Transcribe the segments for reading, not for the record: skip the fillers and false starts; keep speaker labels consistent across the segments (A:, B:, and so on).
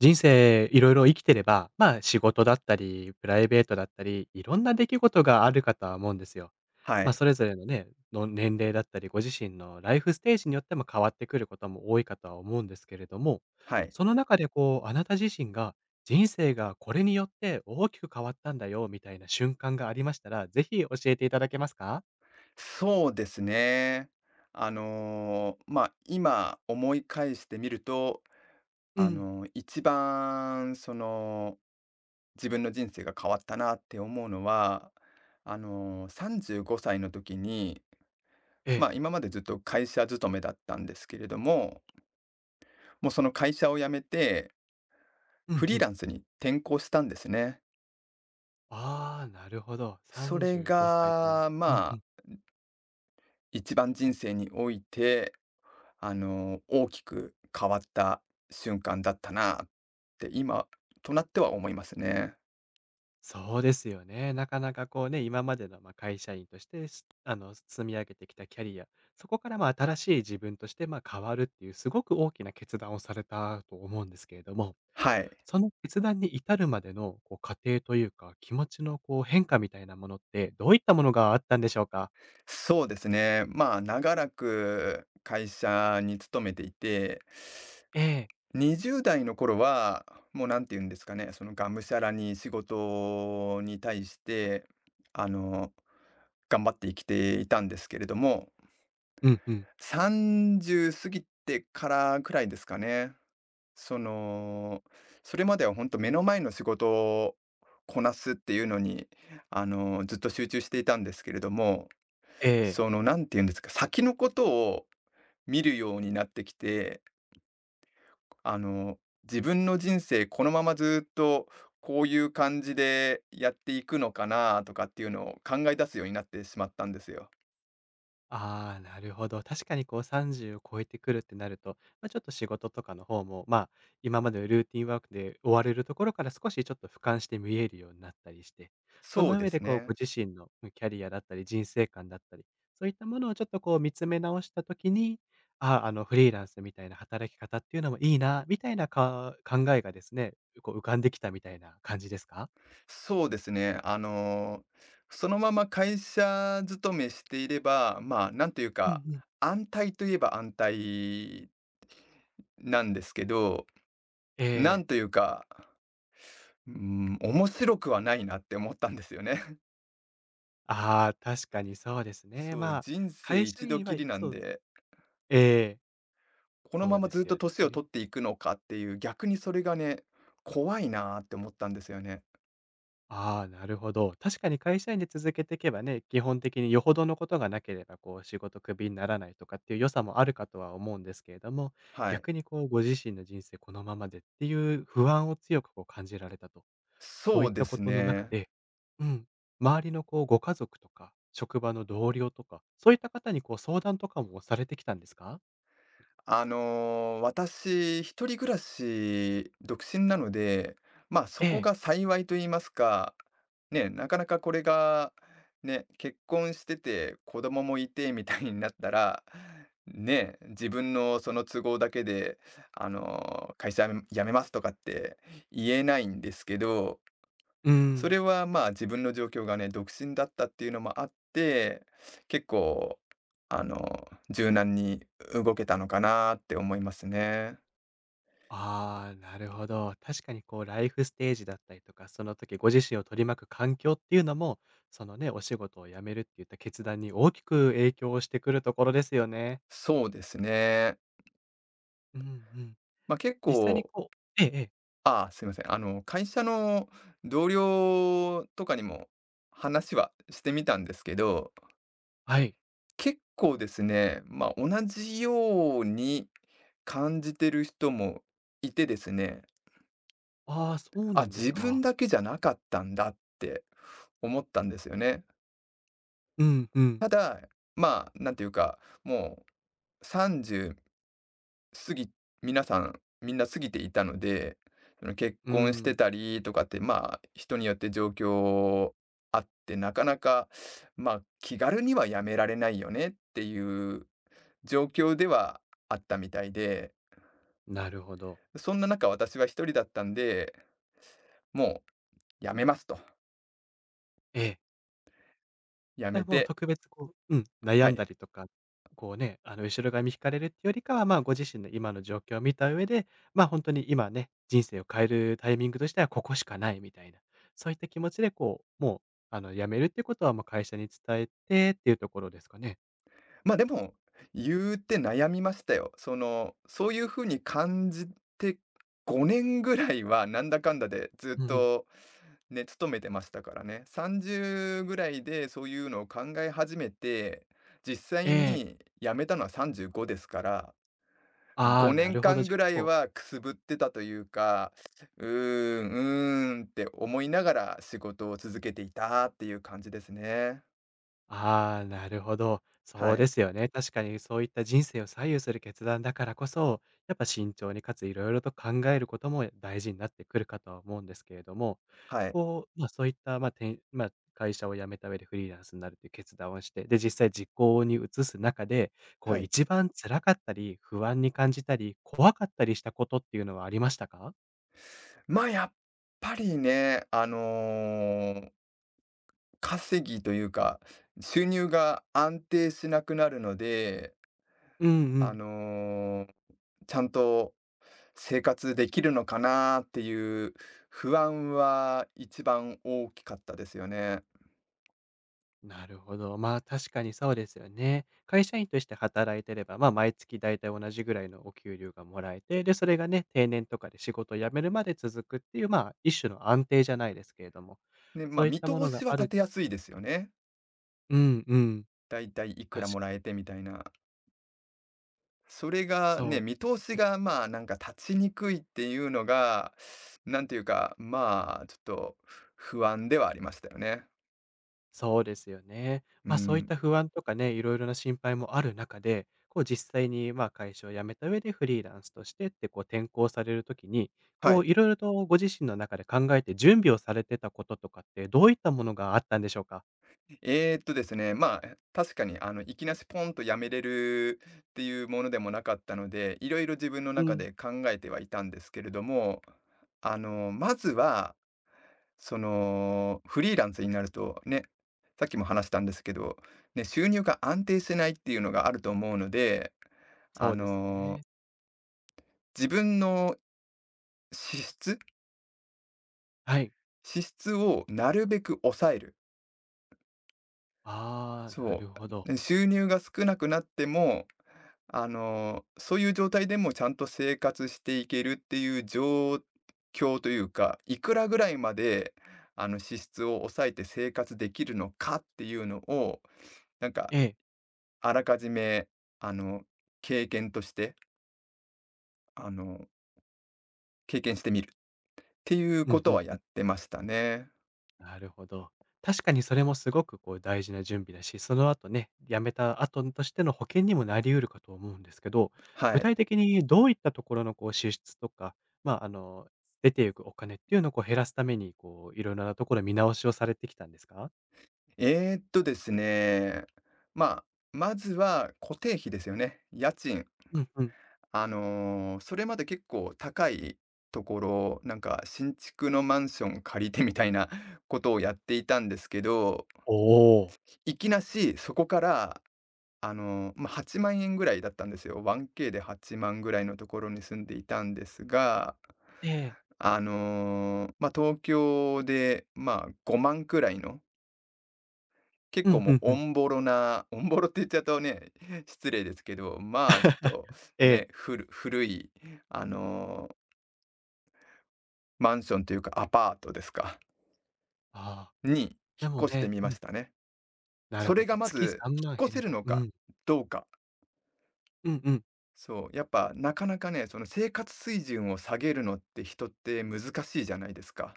A: 人生いろいろ生きてれば、まあ、仕事だったり、プライベートだったり、いろんな出来事があるかとは思うんですよ。
B: は
A: まあ、
B: い、
A: それぞれのね、の年齢だったり、ご自身のライフステージによっても変わってくることも多いかとは思うんですけれども、
B: はい。
A: その中でこう、あなた自身が人生がこれによって大きく変わったんだよ、みたいな瞬間がありましたら、ぜひ教えていただけますか？
B: そうですね。今思い返してみると、
A: うん。
B: 一番自分の人生が変わったなって思うのは、35歳の時に、
A: ええ。
B: 今までずっと会社勤めだったんですけれども、もうその会社を辞めて、
A: う
B: フ
A: ん
B: リ
A: う
B: ー
A: ん。
B: ランスに転向したんですね。
A: ああ、なるほど。
B: それ
A: 35歳となる。
B: が、
A: うん
B: ま
A: う
B: あ
A: ん。
B: 一番人生において、大きく変わった瞬間だったなって今となっては思いますね。
A: そうですよね。なかなかこうね、今までのまあ会社員として、あの、積み上げてきたキャリア、そこからまあ新しい自分としてまあ変わるっていう、すごく大きな決断をされたと思うんですけれども、
B: はい。
A: その決断に至るまでのこう過程というか、気持ちのこう変化みたいなものって、どういったものがあったんでしょうか？
B: そうですね。まあ、長らく会社に勤めていて、
A: ええ。
B: 20代の頃は、もうなんて言うんですかね、がむしゃらに仕事に対して、あの、頑張って生きていたんですけれども、
A: うんうん。
B: 30過ぎてからくらいですかね。その、それまでは本当目の前の仕事をこなすっていうのに、ずっと集中していたんですけれども、
A: ええ。
B: なんていうんですか、先のことを見るようになってきて、あの、自分の人生このままずっとこういう感じでやっていくのかなとかっていうのを考え出すようになってしまったんですよ。
A: ああ、なるほど。確かにこう30を超えてくるってなると、まあ、ちょっと仕事とかの方も、まあ、今までのルーティンワークで追われるところから少しちょっと俯瞰して見えるようになったりして、そ
B: そう
A: の
B: で
A: 上
B: す
A: でこう
B: ね。
A: ご自身の、うん、キャリアだったり人生観だったり、そういったものをちょっとこう見つめ直した時に、ああ、あのフリーランスみたいな働き方っていうのもいいな、みたいなか考えがですね、こう浮かんできたみたいな感じですか？
B: そうですね。そのまま会社勤めしていれば、まあ、なんという
A: うんう
B: か、
A: ん。
B: 安泰といえば安泰なんですけど、
A: え
B: なん
A: え。
B: というか、うん、面白くはないなって思ったんですよね。
A: ああ、確かにそうですね。
B: そう、
A: まあ、
B: 人生
A: 会社
B: 一度
A: 員
B: き
A: は
B: りなん
A: そう、
B: で、
A: ええ、
B: この
A: そ
B: ま
A: う
B: ま
A: で
B: ずっ
A: す
B: と
A: よ
B: 年を
A: ね。
B: 取っていくのかっていう、逆にそれがね、怖いなーって思ったんですよね。
A: ああ、なるほど。確かに会社員で続けていけばね、基本的によほどのことがなければ、こう仕事クビにならないとかっていう良さもあるかとは思うんですけれども、
B: はい。
A: 逆にこうご自身の人生このままでっていう不安を強くこう感じられたと。そう
B: そ
A: いっ
B: うで
A: たこ
B: す
A: との中
B: ね。
A: で、うん、周りのこうご家族とか、職場の同僚とか、そういった方にこう相談とかもされてきたんですか？
B: 私、一人暮らし、独身なので、まあ、そ
A: え
B: こ
A: え、
B: が幸いと言いますか、ね、なかなかこれが、ね、結婚してて、子供もいてみたいになったら、ね、自分のその都合だけで、会社辞めますとかって言えないんですけど、
A: うー
B: そ
A: ん。
B: れは、まあ、自分の状況がね、独身だったっていうのもあって、結構、柔軟に動けたのかなって思いますね。
A: ああ、なるほど。確かにこうライフステージだったりとか、その時ご自身を取り巻く環境っていうのも、そのね、お仕事を辞めるっていった決断に大きく影響をしてくるところですよね。
B: そうですね。
A: うんうん。
B: まあ、結
A: 実際に
B: 構、
A: こう、ええええ、
B: ああ、すいません。会社の同僚とかにも話はしてみたんですけど、
A: はい。
B: 結構ですね、まあ、同じように感じてる人もいてですね、
A: ああ、そう
B: あ、
A: なんです
B: 自分
A: か。
B: だけじゃなかったんだって思ったんですよね。
A: うんうん。
B: ただ、まあ、なんていうか、もう30過ぎ皆さん、みんな過ぎていたので、その結
A: う
B: 婚して
A: ん、
B: たりとかって、まあ、人によって状況あって、なかなか、まあ、気軽にはやめられないよねっていう状況ではあったみたいで、
A: なるほど。
B: そんな中、私は一人だったんで、もうやめますと。
A: ええ。
B: や
A: じゃ
B: め
A: あ、もう
B: て、
A: 特別こう、うん、
B: は
A: 悩んだ
B: い。
A: りとか、こうね、あの、後ろ髪引かれるっていうよりかは、まあ、ご自身の今の状況を見た上で、まあ、本当に今ね、人生を変えるタイミングとしてはここしかないみたいな、そういった気持ちでこう、もう、あの、辞めるっていうことはもう会社に伝えてっていうところですかね？
B: でも、言うて悩みましたよ。そういう風に感じて5年ぐらいはなんだかんだでずっ
A: うんうん。
B: とね、勤めてましたからね。30ぐらいでそういうのを考え始めて、実
A: え
B: 際
A: え。
B: に辞めたのは35ですから、
A: ああー、
B: 5
A: なるほ
B: 年
A: ど。
B: 間
A: じゃ、
B: ぐ
A: 結
B: らい
A: 構、
B: はくすぶってたというか、「うーん、うーん」って思いながら仕事を続けていたっていう感じですね。
A: ああ、なるほど。そ
B: は
A: う
B: い、
A: ですよね。確かにそういった人生を左右する決断だからこそ、やっぱ慎重にかついろいろと考えることも大事になってくるかとは思うんですけれども、
B: はい、
A: こう、ま、そういった、まあ、会社を辞めた上でフリーランスになるという決断をして、で、実際実行に移す中で、こ
B: は
A: う
B: い。
A: 一番辛かったり、不安に感じたり、怖かったりしたことっていうのはありましたか？
B: まあ、やっぱりね、稼ぎというか、収入が安定しなくなるので、
A: うんう
B: あ
A: ん、
B: の、ちゃんと生活できるのかなっていう不安は一番大きかったですよね。
A: なるほど。まあ、確かにそうですよね。会社員として働いてれば、まあ、毎月大体同じぐらいのお給料がもらえて、で、それがね、定年とかで仕事を辞めるまで続くっていう、まあ、一種の安定じゃないですけれども、
B: で、ま、
A: そういっ
B: 見
A: たも
B: 通
A: のが
B: しは
A: あ
B: 立
A: る。
B: てやすいですよね。
A: うんうん、
B: だいたいいく
A: 確
B: らもら
A: か
B: え
A: に。
B: てみたいな。それが
A: そ
B: ね、
A: うで
B: 見
A: す
B: 通し
A: ね。
B: が、まあ、なんか立ちにくいっていうのが、なんていうか、まあ、ちょっと不安ではありましたよね。
A: そうですよね。
B: う
A: まあ、そういっ
B: ん。
A: た不安とかね、いろいろな心配もある中で、こう実際に、ま、会社を辞めた上でフリーランスとしてって、こう転向されるときに、
B: は
A: こ
B: い。
A: ういろいろとご自身の中で考えて準備をされてたこととかって、どういったものがあったんでしょうか？
B: ですね、まあ、確かに、いきなしポンとやめれるっていうものでもなかったので、いろいろ自分の
A: う
B: 中
A: ん。
B: で考えてはいたんですけれども、まずは、フリーランスになると、ね、さっきも話したんですけど、ね、収入が安定してないっていうのがあると思うので、あ
A: そうです
B: の、
A: ね。
B: 自分の支出
A: はい。
B: 支出をなるべく抑える。
A: ああ、な
B: そ
A: るほ
B: う。
A: ど。
B: ね、収入が少なくなっても、そういう状態でもちゃんと生活していけるっていう状況というか、いくらぐらいまで、支出を抑えて生活できるのかっていうのを、なんか
A: ええ。
B: あらかじめ、あの、経験として、あの、経験してみるっていう
A: う
B: こ
A: ん
B: とはや
A: うん。
B: ってましたね。
A: なるほど。確かにそれもすごくこう大事な準備だし、その後ね、辞めた後としての保険にもなり得るかと思うんですけど、
B: は
A: 具
B: い。
A: 体的にどういったところのこう支出とか、まあ、あの、出ていくお金っていうのをこう減らすために、こう、いろいろなところ見直しをされてきたんですか？
B: ですね、まあ、まずは固定費ですよね。家賃。
A: うんうん。
B: それまで結構高いところ、なんか新築のマンション借りてみたいなことをやっていたんですけど、
A: おお。
B: いきなしそこから、まあ、8万円ぐらいだったんですよ。1K で8万ぐらいのところに住んでいたんですが、
A: ええ。
B: 東京で、まあ、5万くらいの、結
A: う
B: 構
A: ん
B: も
A: う
B: う
A: んうん。
B: おんぼろって言っちゃうとね、失礼ですけど、まあ、ちょっと
A: え
B: ね、
A: え。
B: 古い、あの、マンションというかアパートですか、
A: ああ、
B: に引
A: で
B: っ
A: も
B: 越して
A: ね、
B: み
A: う
B: ま
A: ん、
B: したね。
A: なる
B: そ
A: ほ
B: れ
A: ど。
B: がま
A: 月
B: ず、
A: 3万
B: 引っ越
A: 減
B: せ
A: れ
B: る
A: ば、
B: の
A: う
B: か
A: ん、
B: どうか。
A: うんうん。
B: そう、やっぱなかなかね、その生活水準を下げるのって人って難しいじゃないですか。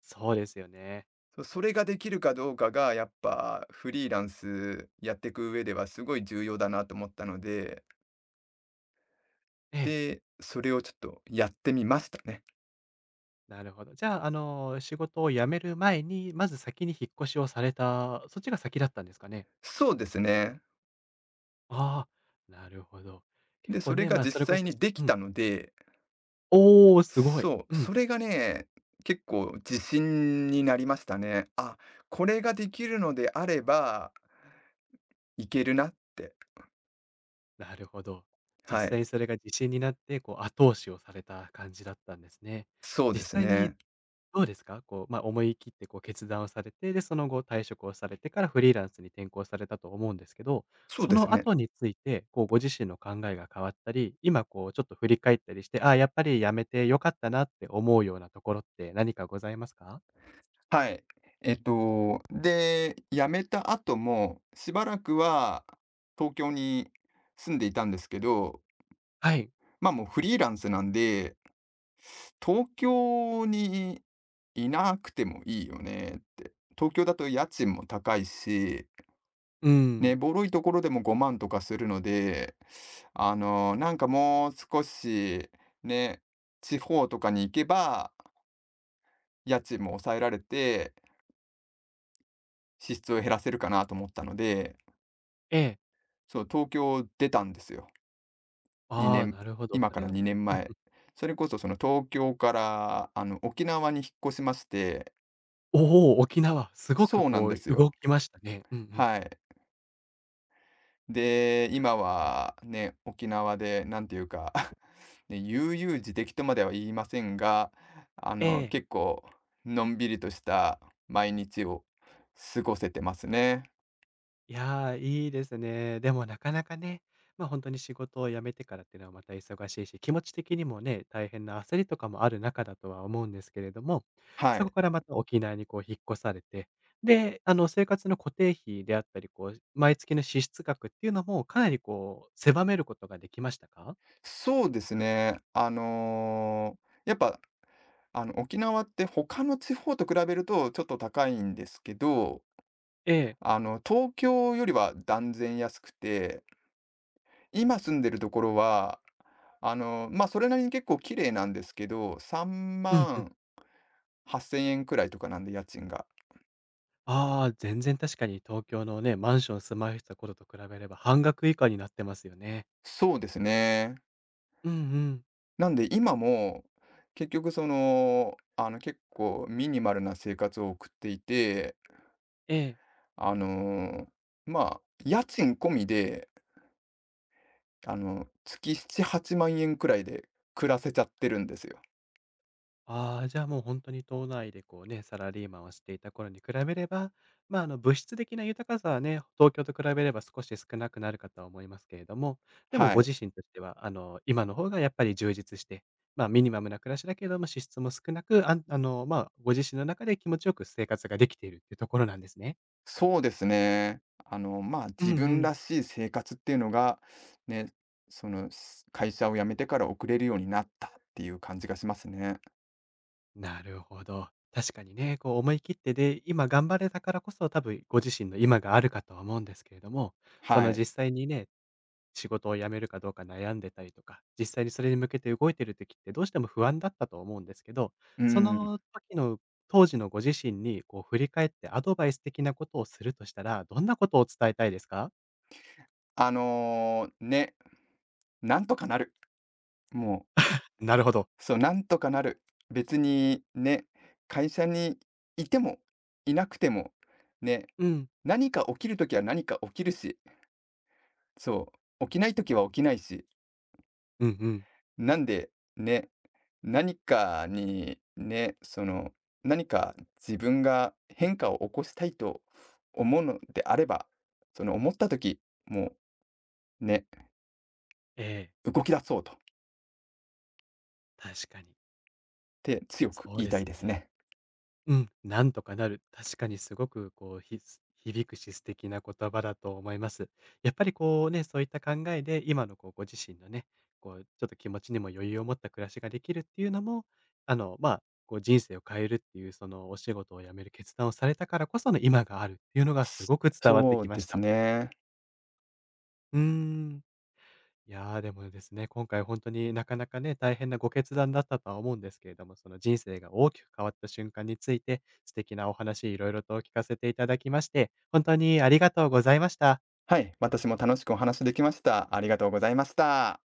A: そうですよね。
B: それができるかどうかが、やっぱフリーランスやっていく上ではすごい重要だなと思ったので、
A: ええ。
B: で、それをちょっとやってみましたね。
A: なるほど。じゃあ、あの、仕事を辞める前に、まず先に引っ越しをされた、そっちが先だったんですかね？
B: そうですね。
A: ああ、なるほど。結
B: で、そ
A: 構
B: れ
A: ね、
B: が
A: まあ、それ
B: 実
A: こ
B: 際
A: そ、
B: にでき
A: うん。
B: たので、
A: おお、すごい。
B: そう、
A: う
B: そ
A: ん。
B: れがね、結構自信になりましたね。あ、これができるのであれば、いけるなって。
A: なるほど。実
B: はい。
A: 際それが自信になって、こう、後押しをされた感じだったんですね。
B: そう
A: 実
B: です
A: 際に
B: ね。
A: どうですか？こう、まあ、思い切ってこう決断をされて、で、その後退職をされてからフリーランスに転向されたと思うんですけど、
B: そう
A: そ
B: です
A: の
B: ね。
A: 後について、こう、ご自身の考えが変わったり、今こうちょっと振り返ったりして、ああ、やっぱりやめて良かったなって思うようなところって何かございますか？
B: はい。で、辞めた後も、しばらくは東京に住んでいたんですけど、
A: はい。
B: まあ、もうフリーランスなんで、東京にいなくてもいいよねって。東京だと家賃も高いし、
A: う
B: ね、
A: ん。
B: ボロいところでも5万とかするので、なんかもう少し、ね、地方とかに行けば、家賃も抑えられて、支出を減らせるかなと思ったので、
A: ええ。
B: そう、東京を出たんですよ。
A: あ
B: 2
A: あ、
B: 年
A: なるほど。
B: 今
A: そ
B: か
A: れ
B: ら
A: は、
B: 2
A: う
B: 年
A: ん。
B: 前。それこそその東京から、沖縄に引っ越しまして、
A: おお、沖縄。すごく
B: そうなん
A: こ
B: で
A: う
B: すよ。
A: 動きましたね。うんうん。
B: はい。で、今
A: なるほ
B: は
A: ど。
B: ね、沖縄でなんていうか ね、悠々自適とまでは言いませんが、
A: ええ。
B: 結構のんびりとした毎日を過ごせてますね。
A: いや、いいですね。でもなかなかね、ま、ほんとに仕事を辞めてからっていうのはまた忙しいし、気持ち的にもね、大変な焦りとかもある中だとは思うんですけれども、
B: は
A: そこ
B: い。
A: からまた沖縄にこう引っ越されて、で、あの、生活の固定費であったり、こう毎月の支出額っていうのもかなりこう狭めることができましたか？
B: そうですね。やっぱ沖縄って他の地方と比べるとちょっと高いんですけど、
A: ええ。
B: 東京よりは断然安くて、今住んでるところは、それなりに結構綺麗なんですけど、3
A: うんうん。
B: 万8千円くらいとかなんで、家賃が。
A: ああ、全然確かに東京のね、マンション住まいした頃と比べれば半額以下になってますよね。
B: そうですね。
A: うんうん。
B: なんで今も、結局結構ミニマルな生活を送っていて、
A: ええ。
B: あの、まあ、家賃込みで月7、8万円くらいで暮らせちゃってるんですよ。
A: ああ、じゃあもう本当に島内でこうね、サラリーマンをしていた頃に比べれば、ま、あの、物質的な豊かさはね、東京と比べれば少し少なくなるかとは思いますけれども、でも
B: は
A: ご
B: い。
A: 自身としては、あの、今の方がやっぱり充実して、ま、ミニマムな暮らしだけれども、支出も少なく、あの、ま、ご自身の中で気持ちよく生活ができているっていうところなんですね。
B: そうですね。まあ、
A: うん
B: 自
A: う
B: 分
A: ん。
B: らしい生活っていうのが、ね、その、会社を辞めてから送れるようになったっていう感じがしますね。
A: なるほど。確かにね、こう思い切ってで、今頑張れたからこそ多分ご自身の今があるかとは思うんですけれども、そ
B: は
A: の
B: い。
A: 実際にね、仕事を辞めるかどうか悩んでたりとか、実際にそれに向けて動いてる時ってどうしても不安だったと思うんですけど、
B: う
A: そ
B: ん。
A: の時の当時のご自身にこう振り返ってアドバイス的なことをするとしたら、どんなことを伝えたいですか？
B: ね、なんとかなる。もう、
A: なるほど。
B: そう、なんとかなる。別にね、会社にいてもいなくても、ね、
A: うん。
B: 何か起きるときは何か起きるし、そう、起きない時は起きないし、
A: うんうん。
B: なんでね、何かにね、何か自分が変化を起こしたいと思うのであれば、その思った時、もうね、
A: ええ、
B: 動き出そうとっ
A: 確かに。
B: て強く
A: そう
B: 言い
A: で
B: たい
A: す
B: で
A: よ
B: す
A: ね。
B: ね。
A: うん、なんとかなる。確かにすごくこう、響くし素敵な言葉だと思います。やっぱりこうね、そういった考えで今のこうご自身のね、こうちょっと気持ちにも余裕を持った暮らしができるっていうのも、あの、まあ、こう人生を変えるっていうそのお仕事を辞める決断をされたからこその今があるっていうのがすごく伝わって
B: そ
A: き
B: う
A: ま
B: で
A: し
B: す
A: た。
B: ね。
A: うーん。いやー、でもですね、今回本当になかなかね、大変なご決断だったとは思うんですけれども、その人生が大きく変わった瞬間について、素敵なお話いろいろと聞かせていただきまして、本当にありがとうございました。
B: はい、私も楽しくお話できました。ありがとうございました。